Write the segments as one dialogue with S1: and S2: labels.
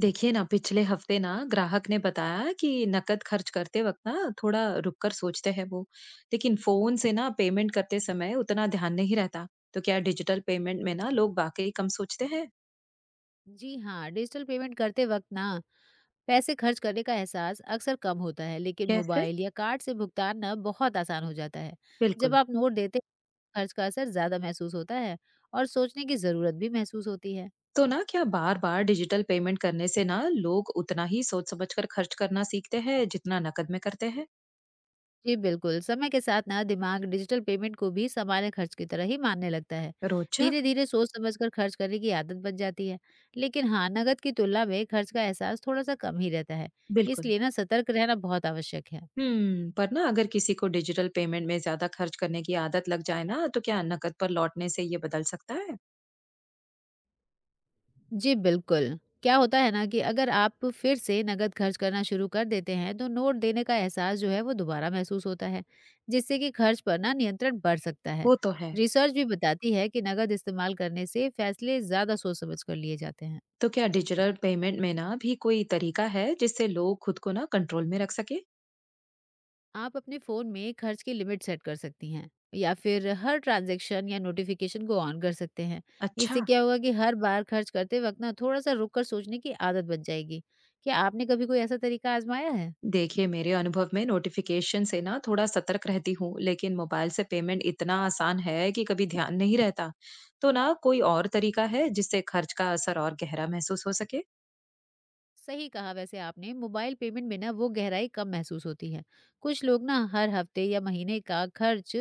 S1: देखिए ना, पिछले हफ्ते ना ग्राहक ने बताया कि नकद खर्च करते वक्त ना थोड़ा रुक कर सोचते हैं वो। लेकिन फोन से ना पेमेंट करते समय उतना ध्यान नहीं रहता। तो क्या डिजिटल पेमेंट में ना लोग वाकई कम सोचते हैं?
S2: जी हाँ, डिजिटल पेमेंट करते वक्त ना पैसे खर्च करने का एहसास अक्सर कम होता है, लेकिन
S1: कैसे?
S2: मोबाइल या कार्ड से भुगतान ना बहुत आसान हो जाता है। जब
S1: बिल्कुल।
S2: आप नोट देते हैं, खर्च का असर ज़्यादा महसूस होता है और सोचने की ज़रूरत भी महसूस होती है।
S1: तो ना, क्या बार बार डिजिटल पेमेंट करने से ना लोग उतना ही सोच समझ कर खर्च करना सीखते हैं जितना नकद में करते हैं?
S2: जी बिल्कुल, समय के साथ ना दिमाग डिजिटल पेमेंट को भी सामान्य खर्च की तरह ही मानने लगता है।
S1: रोचक।
S2: धीरे धीरे सोच समझ कर खर्च करने की आदत बन जाती है। लेकिन हाँ, नकद की तुलना में खर्च का एहसास थोड़ा सा कम ही रहता है,
S1: बिल्कुल।
S2: इसलिए ना सतर्क रहना बहुत आवश्यक है।
S1: हम्म, पर ना अगर किसी को डिजिटल पेमेंट में ज्यादा खर्च करने की आदत लग जाए ना, तो क्या नकद पर लौटने से ये बदल सकता है?
S2: जी, बिल्कुल। क्या होता है ना कि अगर आप फिर से नकद खर्च करना शुरू कर देते हैं, तो नोट देने का एहसास जो है, वो दोबारा महसूस होता है, जिससे कि खर्च पर ना नियंत्रण बढ़ सकता है।
S1: वो तो है।
S2: रिसर्च भी बताती है कि नकद इस्तेमाल करने से फैसले ज़्यादा सोच-समझ कर लिए जाते हैं।
S1: तो क्या डिजिटल पेमेंट में ना भी कोई तरीका है जिससे लोग खुद को ना कंट्रोल में रख सके?
S2: आप अपने फ़ोन में खर्च की लिमिट सेट कर सकती हैं या फिर हर ट्रांज़ैक्शन या नोटिफ़िकेशन को ऑन कर सकते हैं।
S1: अच्छा।
S2: इससे क्या होगा कि हर बार खर्च करते वक़्त ना थोड़ा-सा रुक कर सोचने की आदत बन जाएगी। क्या आपने कभी कोई ऐसा तरीका आज़माया है?
S1: देखिए, मेरे अनुभव में नोटिफिकेशन से ना थोड़ा सतर्क रहती हूँ, लेकिन मोबाइल से पेमेंट इतना आसान है कि कभी ध्यान नहीं रहता। तो ना, कोई और तरीका है जिससे खर्च का असर और गहरा महसूस हो सके?
S2: सही कहा वैसे आपने मोबाइल पेमेंट में ना वो गहराई कम महसूस होती है। कुछ लोग ना हर हफ्ते या महीने का खर्च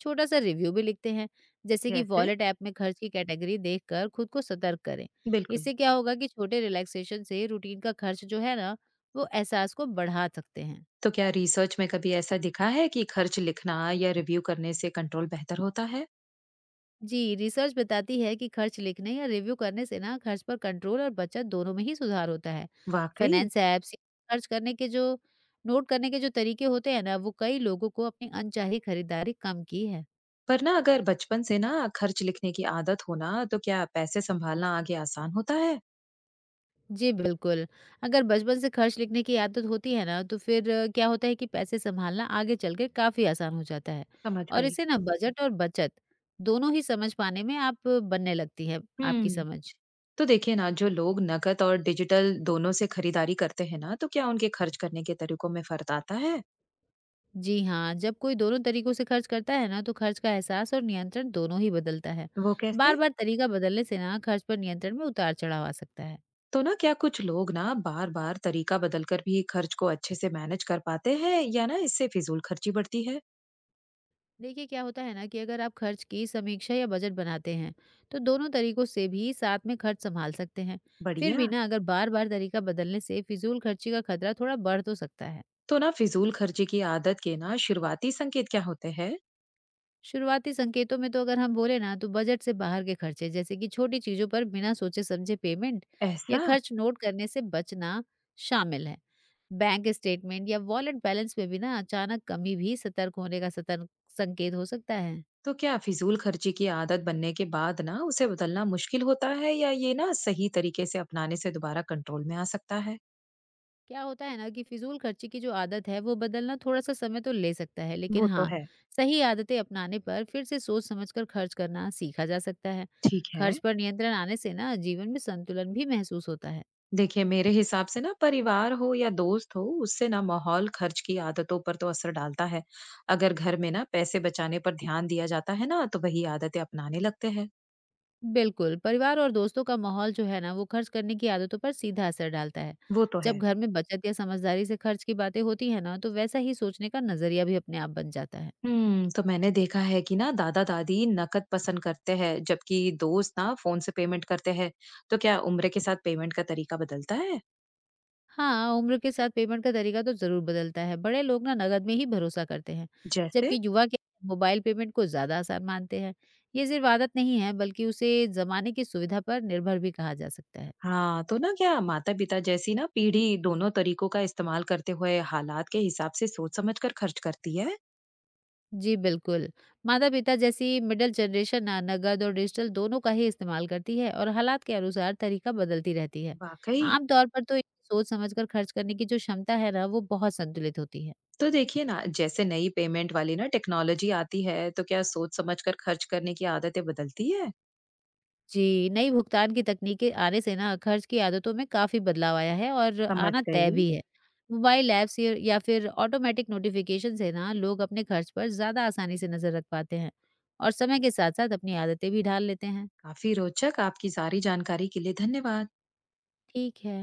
S2: छोटा सा रिव्यू भी लिखते हैं, जैसे कि
S1: जैसे?
S2: वॉलेट ऐप में खर्च की कैटेगरी देखकर खुद को सतर्क करें।
S1: बिल्कुल।
S2: इससे क्या होगा कि छोटे रिलैक्सेशन से रूटीन का खर्च जो है ना, वो एहसास को बढ़ा सकते हैं।
S1: तो क्या रिसर्च में कभी ऐसा दिखा है कि खर्च लिखना या रिव्यू करने से कंट्रोल बेहतर होता है?
S2: जी, रिसर्च बताती है कि खर्च लिखने या रिव्यू करने से ना खर्च पर कंट्रोल और बचत दोनों में ही सुधार होता है।
S1: वाकई।
S2: फाइनेंस ऐप्स खर्च करने के जो नोट करने के जो तरीके होते हैं ना, वो कई लोगों को अपनी अनचाही खरीदारी कम की है।
S1: पर ना अगर बचपन से ना खर्च लिखने की आदत हो ना, तो क्या पैसे संभालना आगे आसान होता है?
S2: जी बिल्कुल। अगर बचपन से खर्च लिखने की आदत होती है ना, तो फिर क्या होता है कि पैसे संभालना आगे चलकर काफी आसान हो जाता है।
S1: समझ
S2: और
S1: गई।
S2: इसे ना बजट और बचत दोनों ही समझ पाने में आप बनने लगती है आपकी
S1: हम्म।
S2: समझ।
S1: तो देखिए ना, जो लोग नकद और डिजिटल दोनों से खरीदारी करते हैं ना, तो क्या उनके खर्च करने के तरीकों में फर्क आता है?
S2: जी हाँ, जब कोई दोनों तरीकों से खर्च करता है ना, तो खर्च का एहसास और नियंत्रण दोनों ही बदलता है।
S1: वो कैसे?
S2: बार-बार तरीका बदलने से ना खर्च पर नियंत्रण में उतार-चढ़ाव आ सकता है।
S1: तो ना, क्या कुछ लोग ना बार बार तरीका बदलकर भी खर्च को अच्छे से मैनेज कर पाते हैं, या ना इससे फिजूल खर्ची बढ़ती है?
S2: देखिए क्या होता है ना कि अगर आप खर्च की समीक्षा या बजट बनाते हैं, तो दोनों तरीकों से भी साथ में खर्च संभाल सकते हैं। फिर
S1: बढ़िया।
S2: भी ना अगर बार-बार तरीका बदलने से फिजूल खर्ची का खतरा थोड़ा बढ़ तो सकता है।
S1: तो ना, फिजूल खर्ची की आदत के ना शुरुआती संकेत क्या होते हैं?
S2: शुरुआती संकेतों में तो अगर हम बोले ना, तो बजट से बाहर के खर्चे, जैसे कि छोटी चीजों पर बिना सोचे समझे पेमेंट या
S1: ऐसा।
S2: खर्च नोट करने से बचना शामिल है। बैंक स्टेटमेंट या वॉलेट बैलेंस में भी ना अचानक कमी भी सतर्क होने का सतर्क संकेत हो सकता है।
S1: तो क्या फिजूल खर्ची की आदत बनने के बाद ना उसे बदलना मुश्किल होता है, या ये ना सही तरीके से अपनाने से दोबारा कंट्रोल में आ सकता है?
S2: क्या होता है ना कि फिजूल खर्ची की जो आदत है वो बदलना थोड़ा सा समय तो ले सकता है, लेकिन
S1: वो तो
S2: हाँ,
S1: है।
S2: सही आदतें अपनाने पर फिर से सोच समझकर खर्च करना सीखा जा सकता है।
S1: ठीक है।
S2: खर्च पर नियंत्रण आने से ना जीवन में संतुलन भी महसूस होता है।
S1: देखिए, मेरे हिसाब से ना परिवार हो या दोस्त हो, उससे ना माहौल खर्च की आदतों पर तो असर डालता है। अगर घर में ना पैसे बचाने पर ध्यान दिया जाता है ना, तो वही आदतें अपनाने लगते हैं।
S2: बिल्कुल, परिवार और दोस्तों का माहौल जो है ना, वो खर्च करने की आदतों पर सीधा असर डालता है।
S1: वो तो
S2: जब
S1: है।
S2: घर में बचत या समझदारी से खर्च की बातें होती है ना, तो वैसा ही सोचने का नज़रिया भी अपने आप बन जाता है।
S1: हम्म। तो मैंने देखा है कि ना दादा दादी नकद पसंद करते हैं, जबकि दोस्त ना फोन से पेमेंट करते हैं। तो क्या उम्र के साथ पेमेंट का तरीका बदलता है?
S2: हाँ, उम्र के साथ पेमेंट का तरीका तो ज़रूर बदलता है। बड़े लोग ना नकद में ही भरोसा करते हैं,
S1: जैसे?
S2: जबकि युवा क्या है, मोबाइल पेमेंट को ज़्यादा आसान मानते हैं। ये सिर्फ आदत नहीं है, बल्कि उसे ज़माने की सुविधा पर निर्भर भी कहा जा सकता है।
S1: हाँ, तो ना क्या माता-पिता जैसी ना पीढ़ी दोनों तरीकों का इस्तेमाल करते हुए हालात के हिसाब से सोच-समझ कर खर्च करती है।
S2: जी बिल्कुल। माता-पिता जैसी मिडल जनरेशन ना नकद और डिजिटल दोनों का ही इस्तेमाल करती है और हालात के अनुसार तरीका बदलती रहती है।
S1: वाक़ई?
S2: आम तौर पर तो सोच समझकर खर्च करने की जो क्षमता है ना, वो बहुत संतुलित होती है।
S1: तो देखिए ना, जैसे नई पेमेंट वाली ना टेक्नोलॉजी आती है, तो क्या सोच-समझ कर खर्च करने की आदतें बदलती है?
S2: जी, नई भुगतान की तकनीकें आने से ना खर्च की आदतों में काफ़ी बदलाव आया है और
S1: समझ
S2: आना
S1: गई।
S2: तय भी है। मोबाइल ऐप्स या फिर ऑटोमेटिक नोटिफ़िकेशन से ना लोग अपने खर्च पर ज़्यादा आसानी से नज़र रख पाते हैं और समय के साथ-साथ अपनी आदतें भी ढाल लेते हैं।
S1: काफ़ी रोचक। आपकी सारी जानकारी के लिए धन्यवाद।
S2: ठीक है।